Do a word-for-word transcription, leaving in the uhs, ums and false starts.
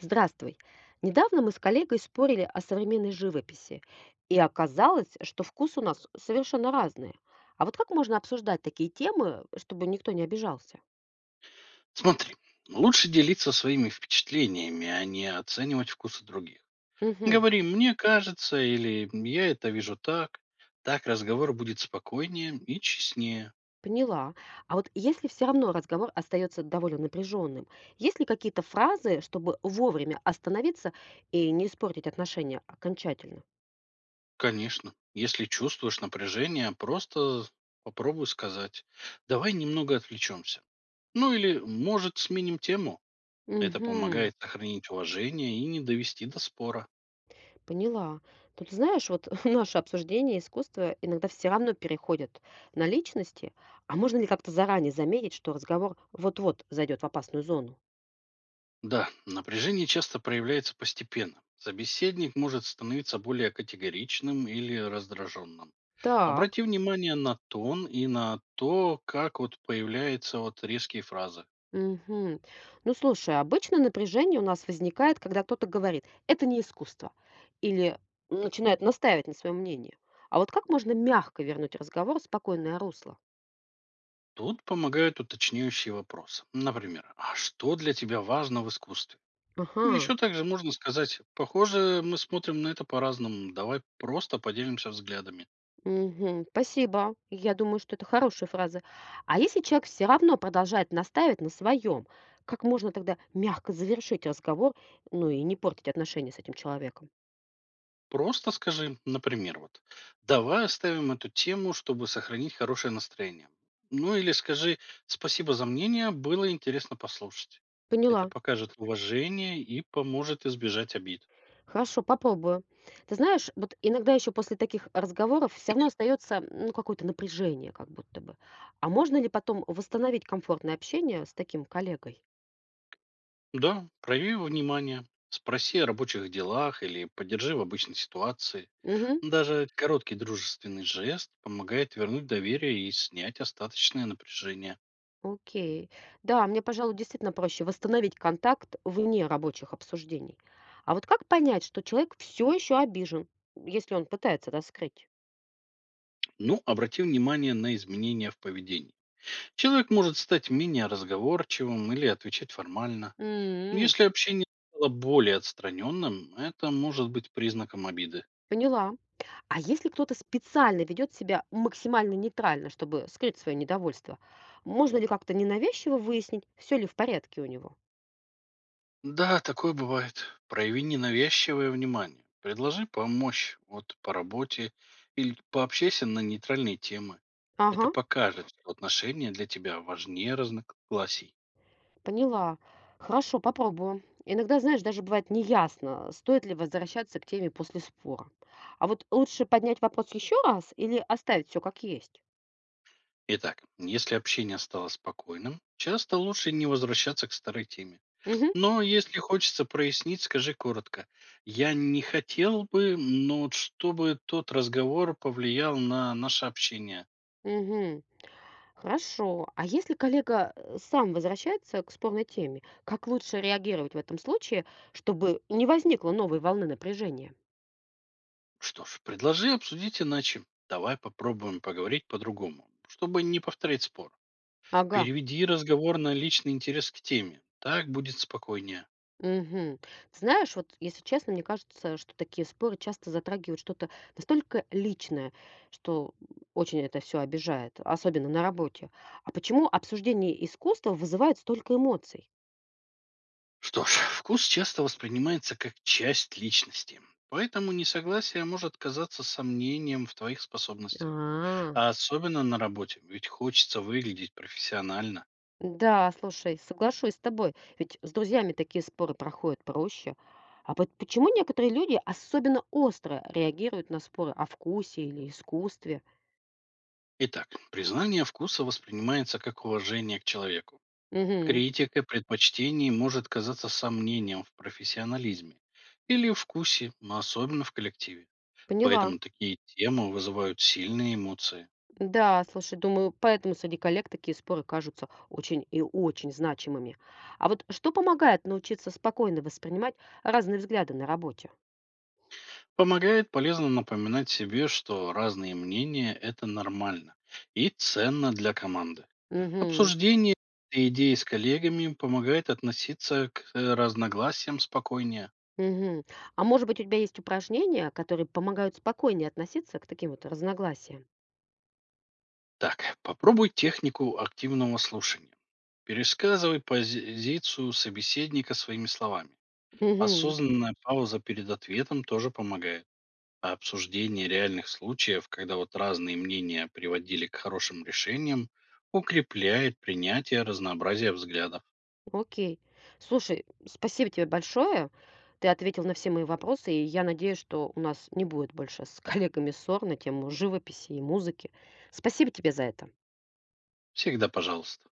Здравствуй. Недавно мы с коллегой спорили о современной живописи, и оказалось, что вкус у нас совершенно разные. А вот как можно обсуждать такие темы, чтобы никто не обижался? Смотри, лучше делиться своими впечатлениями, а не оценивать вкусы других. Угу, Говори, мне кажется, или я это вижу так. Так разговор будет спокойнее и честнее. поняла. А вот если все равно разговор остается довольно напряженным, есть ли какие-то фразы, чтобы вовремя остановиться и не испортить отношения окончательно? Конечно, если чувствуешь напряжение, просто попробуй сказать. Давай немного отвлечемся. Ну или, может, сменим тему. Это Угу. помогает сохранить уважение и не довести до спора. Поняла. Тут, знаешь, вот наше обсуждение искусства иногда все равно переходит на личности. А можно ли как-то заранее заметить, что разговор вот-вот зайдет в опасную зону? Да, напряжение часто проявляется постепенно. Собеседник может становиться более категоричным или раздраженным. Так. Обрати внимание на тон и на то, как вот появляются вот резкие фразы. Мгм. Ну слушай, обычно напряжение у нас возникает, когда кто-то говорит, это не искусство, или начинает настаивать на своем мнении. А вот как можно мягко вернуть разговор в спокойное русло? Тут помогают уточняющие вопросы. Например, а что для тебя важно в искусстве? Ага. Еще также можно сказать, похоже, мы смотрим на это по-разному, давай просто поделимся взглядами. Мгм. Спасибо. Я думаю, что это хорошая фраза. А если человек все равно продолжает настаивать на своем, как можно тогда мягко завершить разговор, ну и не портить отношения с этим человеком? Просто скажи, например, вот, давай оставим эту тему, чтобы сохранить хорошее настроение. Ну или скажи, спасибо за мнение, было интересно послушать. Это Поняла. покажет уважение и поможет избежать обид. Хорошо, попробую. Ты знаешь, вот иногда еще после таких разговоров все равно остается ну, какое-то напряжение, как будто бы. А можно ли потом восстановить комфортное общение с таким коллегой? Да, прояви внимание, спроси о рабочих делах или поддержи в обычной ситуации. Мгм. Даже короткий дружественный жест помогает вернуть доверие и снять остаточное напряжение. Окей. Да, мне, пожалуй, действительно проще восстановить контакт вне рабочих обсуждений. А вот как понять, что человек все еще обижен, если он пытается раскрыть? Ну, обрати внимание на изменения в поведении. Человек может стать менее разговорчивым или отвечать формально. М, Если общение стало более отстраненным, это может быть признаком обиды. поняла. А если кто-то специально ведет себя максимально нейтрально, чтобы скрыть свое недовольство, можно ли как-то ненавязчиво выяснить, все ли в порядке у него? Да, такое бывает. Прояви ненавязчивое внимание. Предложи помочь вот по работе или пообщайся на нейтральные темы. Это Ага. покажет, что отношения для тебя важнее разногласий. Поняла. Хорошо, попробую. Иногда, знаешь, даже бывает неясно, стоит ли возвращаться к теме после спора. А вот лучше поднять вопрос еще раз или оставить все как есть? Итак, если общение стало спокойным, часто лучше не возвращаться к старой теме. Угу, Но если хочется прояснить, скажи коротко. Я не хотел бы, но вот чтобы тот разговор повлиял на наше общение. угу. Хорошо. А если коллега э, сам возвращается к спорной теме, как лучше реагировать в этом случае, чтобы не возникло новой волны напряжения? Что ж, предложи обсудить иначе. Давай попробуем поговорить по-другому, чтобы не повторять спор. Ага. Переведи разговор на личный интерес к теме. Так будет спокойнее. Мгм. Ты знаешь, вот если честно, мне кажется, что такие споры часто затрагивают что-то настолько личное, что очень это все обижает, особенно на работе. А почему обсуждение искусства вызывает столько эмоций? Что ж, вкус часто воспринимается как часть личности. Поэтому несогласие может казаться сомнением в твоих способностях. А, А особенно на работе, ведь хочется выглядеть профессионально. да, слушай, соглашусь с тобой. Ведь с друзьями такие споры проходят проще. А вот почему некоторые люди особенно остро реагируют на споры о вкусе или искусстве? Итак, признание вкуса воспринимается как уважение к человеку. Мгм. Критика предпочтений может казаться сомнением в профессионализме или вкусе, но особенно в коллективе. Поняла. Поэтому такие темы вызывают сильные эмоции. Да, слушай, думаю, поэтому среди коллег такие споры кажутся очень и очень значимыми. А вот что помогает научиться спокойно воспринимать разные взгляды на работе? Помогает полезно напоминать себе, что разные мнения – это нормально и ценно для команды. Мгм. Обсуждение этой идеи с коллегами помогает относиться к э, разногласиям спокойнее. Мгм. А может быть, у тебя есть упражнения, которые помогают спокойнее относиться к таким вот разногласиям? Так, попробуй технику активного слушания. Пересказывай позицию собеседника своими словами. Мгм. Осознанная пауза перед ответом тоже помогает. А обсуждение реальных случаев, когда вот разные мнения приводили к хорошим решениям, укрепляет принятие разнообразия взглядов. Окей. Слушай, спасибо тебе большое. Ты ответил на все мои вопросы, и я надеюсь, что у нас не будет больше с коллегами ссор на тему живописи и музыки. Спасибо тебе за это. Всегда пожалуйста.